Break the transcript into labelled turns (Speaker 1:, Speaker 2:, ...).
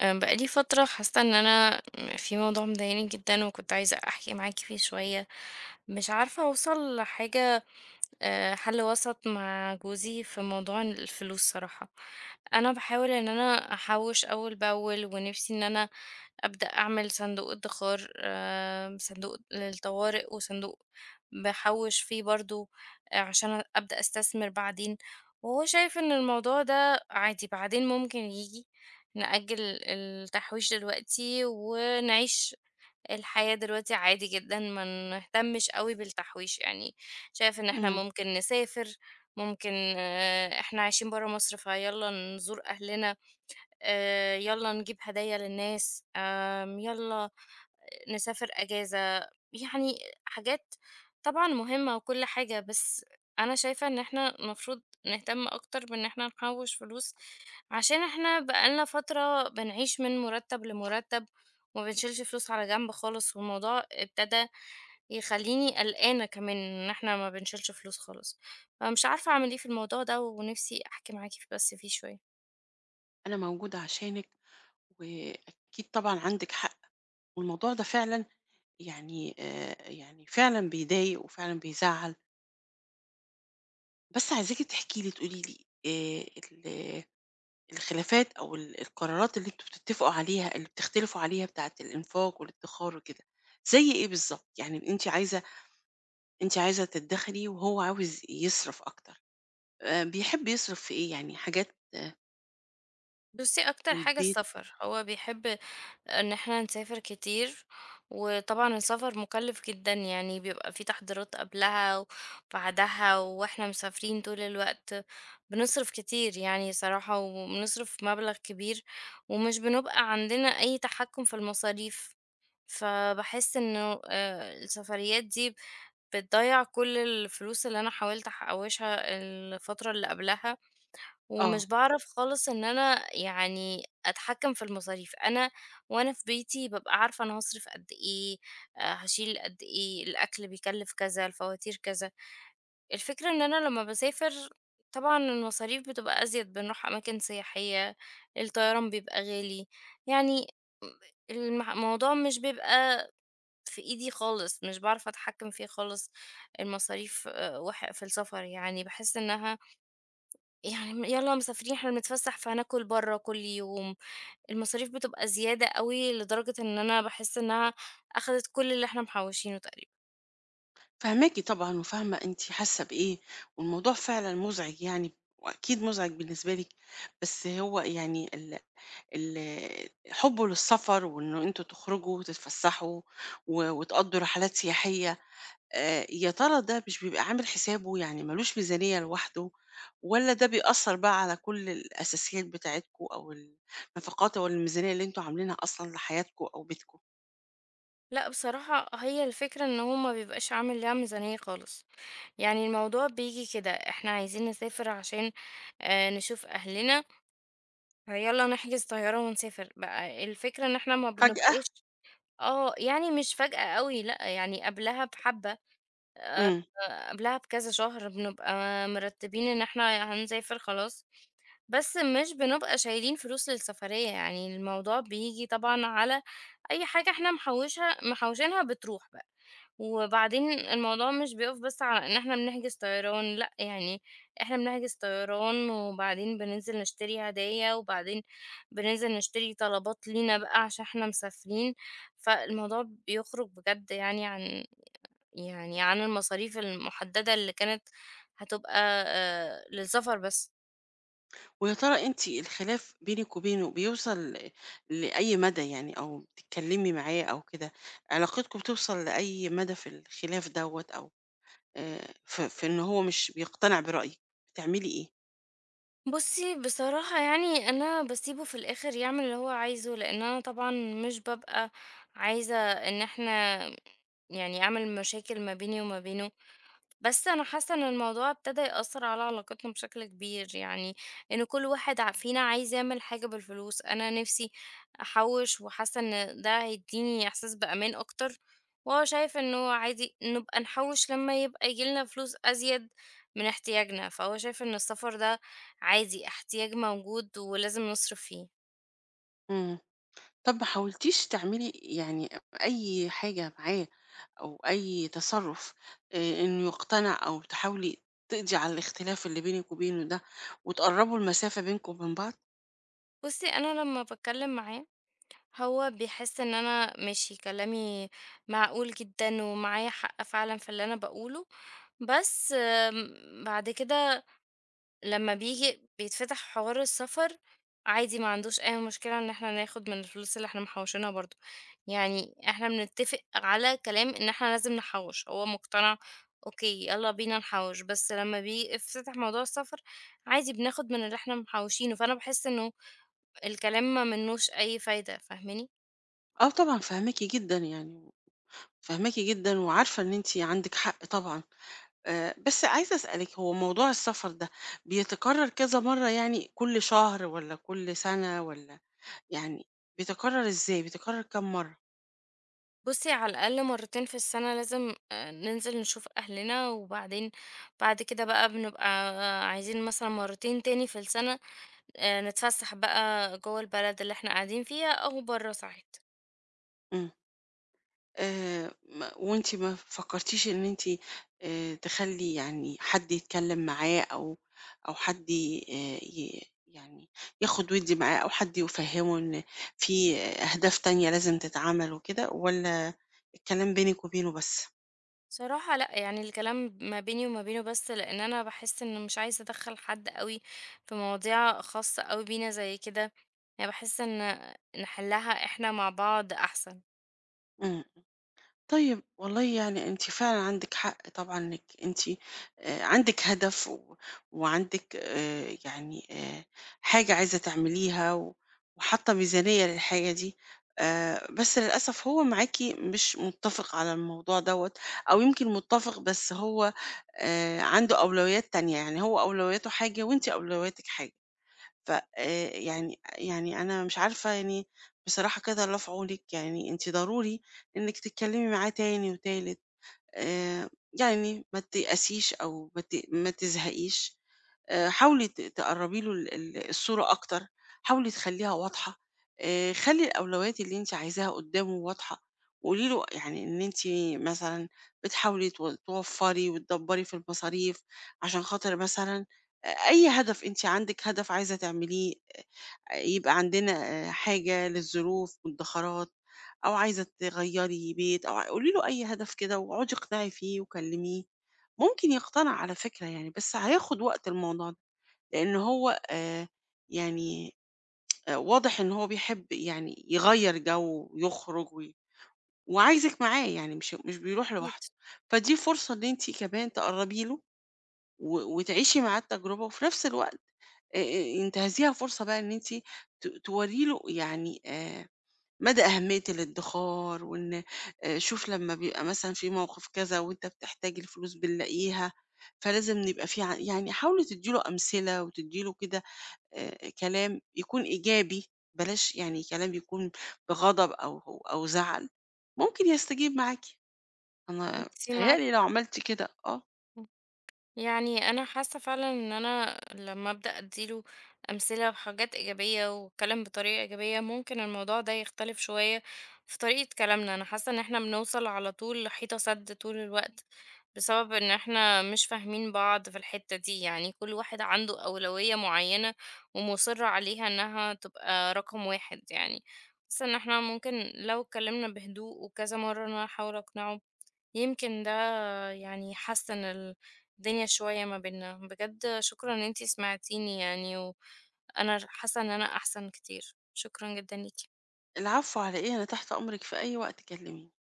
Speaker 1: بقالي فترة حاسة ان انا في موضوع مضايقني جدا، وكنت عايزة احكي معاكي فيه شوية. مش عارفة اوصل لحاجة، حل وسط مع جوزي في موضوع الفلوس صراحة. أنا باحاول إن أنا أحوّش أول بأول، ونِفْسي إن أنا أبدأ أعمل صندوق ادخار، صندوق للطوارئ، وصندوق باحوّش فيه برضه عشان أبدأ أستثمر بعدين. وهو شايف إن الموضوع ده عادي، بعدين ممكن ييجي، نأجّل التحويش دلوقتي ونعيش الحياة دلوقتي عادي جدًا، ما نهتمش أوي بالتحويش، يعني شايف إن إحنا
Speaker 2: إمم.
Speaker 1: ممكن نسافر، ممكن إحنا عايشين برّه مصر فيالّا نزور أهلنا، يالّا نجيب هدايا للناس، يالّا نسافر أجازة، يعني حاجات طبعًا مهمة وكل حاجة. بس أنا شايفة إن إحنا المفروض نهتم أكتر بإن إحنا نحوّش فلوس، عشان إحنا بقى لنا فترة بنعيش من مُرتّب لمُرتّب، وما بنشيلش فلوس على جنب خالص، والموضوع ابتدى يخلّيني قلقانة كمان إن إحنا ما بنشيلش فلوس خالص. فمش عارفة أعمل إيه في الموضوع ده، ونفسي أحكي معاكِ بس فيه شوية.
Speaker 2: أنا موجودة عشانِك، وأكيد طبعًا عندِك حق، والموضوع ده فعلًا يعني يعني فعلًا بيضايق وفعلًا بيزعّل، بس عايزاكِ تحكي لي تقولي لي ال الخلافات أو القرارات اللي أنتم بتتفقوا عليها اللي بتختلفوا عليها بتاعة الإنفاق والادخار وكده، زي إيه بالضبط؟ يعني أنتِ عايزة تدخري وهو عاوز يصرف أكتر. بيحب يصرف في إيه، يعني حاجات آه،
Speaker 1: بُصّي، أكتر حاجة
Speaker 2: للبيت؟
Speaker 1: السفر، هو بيحب إن إحنا نسافر كتير، وطبعًا السفر مُكلِّف جدًا، يعني بيبقى في تحضيرات قبلها وبعدها، وإحنا مسافرين طول الوقت بنصرف كتير يعني صراحة، وبنصرف مبلغ كبير، ومش بنبقى عندنا أي تحكُّم في المصاريف. فباحس إنه السفريات دي بتضيّع كل الفلوس اللي أنا حاولت أحوّشها الفترة اللي قبلها.
Speaker 2: آه.
Speaker 1: ومش باعرف خالص إن أنا يعني أتحكّم في المصاريف. أنا وأنا في بيتي بابقى عارفة أنا هاصرف قد إيه، هاشيل قد إيه، الأكل بيكلّف كذا، الفواتير كذا. الفكرة إن أنا لمّا باسافر طبعًا المصاريف بتبقى أزيد، بنروح أماكن سياحية، الطيران بيبقى غالي، يعني الموضوع مش بيبقى في إيدي خالص، مش باعرف أتحكّم فيه خالص. المصاريف وح في السفر يعني باحس إنها، يعني م يالّا مسافرين إحنا بنتفسّح فهناكل برّه كل يوم، المصاريف بتبقى زيادة أوي لدرجة إن أنا باحس إنها أخدت كل اللي إحنا محوّشينه تقريبًا.
Speaker 2: فاهماكِ طبعًا وفاهمة أنتِ حاسة بإيه، والموضوع فعلًا مُزعج يعني، وأكيد مُزعج بالنسبة لِك، بس هو يعني ال حُبُّه للسفر وإنه أنتم تخرجوا وتتفسحوا وتقضّوا رحلات سياحية، يا ترى ده مش بيبقى عامل حسابه، يعني ما لوش ميزانية لوحده، والّا ده بيأثّر بقى على كل الأساسيات بتاعتكم أو النفقات أو الميزانية اللي أنتم عاملينها أصلًا لحياتكم أو بيتكم؟
Speaker 1: لأ بصراحة هي الفكرة إن هو ما بيبقاش عامل لها ميزانية خالص، يعني الموضوع بييجي كده، إحنا عايزين نسافر عشان نشوف أهلنا، فيالّا نحجز طيارة ونسافر، بقى الفكرة إن إحنا ما
Speaker 2: فجأة!
Speaker 1: بنبقاش آه، يعني مش فجأة أوي لأ، يعني قبلها بحبّة.
Speaker 2: إمم.
Speaker 1: قبلها بكذا شهر بنبقى مرتبين إن إحنا هنسافر خلاص، بس مش بنبقى شايلين فلوس للسفرية، يعني الموضوع بييجي طبعًا على أي حاجة إحنا محوشينها بتروح بقى. وبعدين الموضوع مش بيقف بس على إن إحنا بنحجز طيران، لأ يعني إحنا بنحجز طيران وبعدين بننزل نشتري هدايا، وبعدين بننزل نشتري طلبات لينا بقى عشان إحنا مسافرين، فالموضوع بيخرج بجد يعني عن يعني عن المصاريف المُحددة اللي كانت هتبقى للسفر بس.
Speaker 2: ويا ترى أنتِ الخلاف بينِك وبينه بيوصل لأي مدى، يعني أو بتتكلمي معاه أو كده، علاقتكم بتوصل لأي مدى في الخلاف دوّة، أو في إن هو مش بيقتنع برأيِك، بتعملي إيه؟
Speaker 1: بُصّي، بصراحة يعني أنا باسيبه في الآخر يعمل اللي هو عايزه، لإن أنا طبعًا مش بابقى عايزة إن إحنا يعني أعمل مشاكل ما بيني وما بينه، بس أنا حاسة إن الموضوع ابتدى يأثر على علاقتنا بشكل كبير، يعني إن كل واحد فينا عايز يعمل حاجة بالفلوس. أنا نفسي أحوش وحاسة إن ده هيديني إحساس بأمان أكتر، وهو شايف إنه عادي نبقى نحوش لما يبقى يجيلنا فلوس أزيد من احتياجنا، فهو شايف إن السفر ده عادي احتياج موجود ولازم نصرف فيه.
Speaker 2: إمم. طب ما حاولتيش تعملي يعني أي حاجة معاه، أو أي تصرُّف إنه يقتنع، أو تحاولي تقضي على الاختلاف اللي بينِك وبينه ده وتقرّبوا المسافة بينكم وبين بعض؟
Speaker 1: بصي أنا لما بتكلم معاه هو بيحس ان انا ماشي كلامي معقول جدا ومعايا حق فعلا في اللي انا بقوله، بس بعد كده لما بيجي بيتفتح حوار السفر عادي ما عندوش اي مشكلة ان احنا ناخد من الفلوس اللي احنا محوشينها برضو. يعني احنا بنتفق على كلام ان احنا لازم نحوش، هو مقتنع اوكي يلا بينا نحوش، بس لما بيفتح موضوع السفر عادي بناخد من اللي احنا محوشينه، فانا بحس انه الكلام ما منوش اي فايدة، فاهماني؟
Speaker 2: آه طبعًا فاهماكِ جدًا يعني. فاهماكِ جدًا، وعارفة إن أنتِ عندِك حق طبعًا. بس عايزة أسألِك، هو موضوع السفر ده بيتكرر كذا مرّة، يعني كل شهر والّا كل سنة والّا يعني بيتكرر إزاي، بيتكرر كام مرّة؟
Speaker 1: بُصّي، على الأقل مرتين في السنة لازم ننزل نشوف أهلنا، وبعدين بعد كده بقى بنبقى عايزين مثلًا مرتين تاني في السنة نتفسّح بقى جوّه البلد اللي إحنا قاعدين فيها أو برّه ساعات.
Speaker 2: إمم. ما وأنتِ ما فكرتيش إن أنتِ تخلّي يعني حد يتكلم معاه، أو أو حد ي ي يعني ياخد ويدّي معاه، أو حد يفهّمه إن في أهداف تانية لازم تتعمل وكده، والّا الكلام بينِك وبينه بس؟
Speaker 1: صراحة لأ، يعني الكلام ما بيني وما بينه بس، لإن أنا باحس إن مش عايزة أدخّل حد أوي في مواضيع خاصة أوي بينا زي كده، يعني باحس إن نحلّها إحنا مع بعض أحسن.
Speaker 2: إمم. طيب والله يعني أنتِ فعلًا عندِك حق طبعًا، إنِّك أنتِ عندِك هدف، وعندِك حاجة عايزة تعمليها، وحاطة ميزانية للحاجة دي. بس للأسف هو معاكِ مش متّفق على الموضوع دوّة، أو يمكن متّفق بس هو عنده أولويات تانية، يعني هو أولوياته حاجة وأنتِ أولوياتِك حاجة. ف يعني أنا مش عارفة يعني بصراحة كده لا في عونِك. يعني أنتِ ضروري إنِّك تتكلّمي معاه تاني وتالت. آآ يعني ما تيأسيش أو ما تزهقيش. حاولي تقرّبي له ال الصورة أكتر، حاولي تخلّيها واضحة. خلّي الأولويات اللي أنتِ عايزاها قدّامه واضحة، وقولي له يعني إن أنتِ مثلًا بتحاولي توفّري وتدبّري في المصاريف عشان خاطر مثلًا أي هدف، أنتِ عندِك هدف عايزة تعمليه. يبقى عندنا آه، حاجة للظروف، مُدّخرات، أو عايزة تغيّري بيت، أو قولي له أي هدف كده، واقعدي اقنعي فيه وكلّميه، ممكن يقتنع على فكرة يعني، بس هياخد وقت الموضوع ده. لأن هو يعني واضح إن هو بيحب يعني يغيّر جو ويخرج وعايزِك معاه، يعني مش بيروح
Speaker 1: أكيد.
Speaker 2: لوحده. فدي فرصة إن أنتِ كمان تقرّبي له وتعيشي معاه التجربة، وفي نفس الوقت آآ انتهزيها فرصة بقى إن أنتِ تورّي له يعني مدى أهمية الادّخار، وإن شوف لمّا بيبقى مثلًا في موقف كذا وأنت بتحتاج الفلوس بنلاقيها، فلازم نبقى في يعني حاولي تدّي له أمثلة وتدّي له كده كلام يكون إيجابي، بلاش يعني كلام يكون بغضب أو أو زعل، ممكن يستجيب معاكِ. أنا
Speaker 1: أنتِ
Speaker 2: بيتهيأ
Speaker 1: معاكِ،
Speaker 2: لي لو عملتِ كده آه.
Speaker 1: يعني انا حاسه فعلا ان انا لما ابدا اديله امثله وحاجات ايجابيه واتكلم بطريقه ايجابيه ممكن الموضوع ده يختلف شويه في طريقه كلامنا. انا حاسه ان احنا بنوصل على طول لحيطه سد طول الوقت بسبب ان احنا مش فاهمين بعض في الحته دي، يعني كل واحد عنده اولويه معينه ومصر عليها انها تبقى رقم واحد يعني. حاسه ان احنا ممكن لو اتكلمنا بهدوء وكذا مره إن انا احاول اقنعه يمكن ده يعني حسن الدنيا شوية ما بينا بجد. شكرا ان انتي سمعتيني يعني، وانا حاسة ان انا احسن كتير، شكرا جدا ليكي.
Speaker 2: العفو على إيه، أنا تحت أمرِك في أي وقت، كلميني.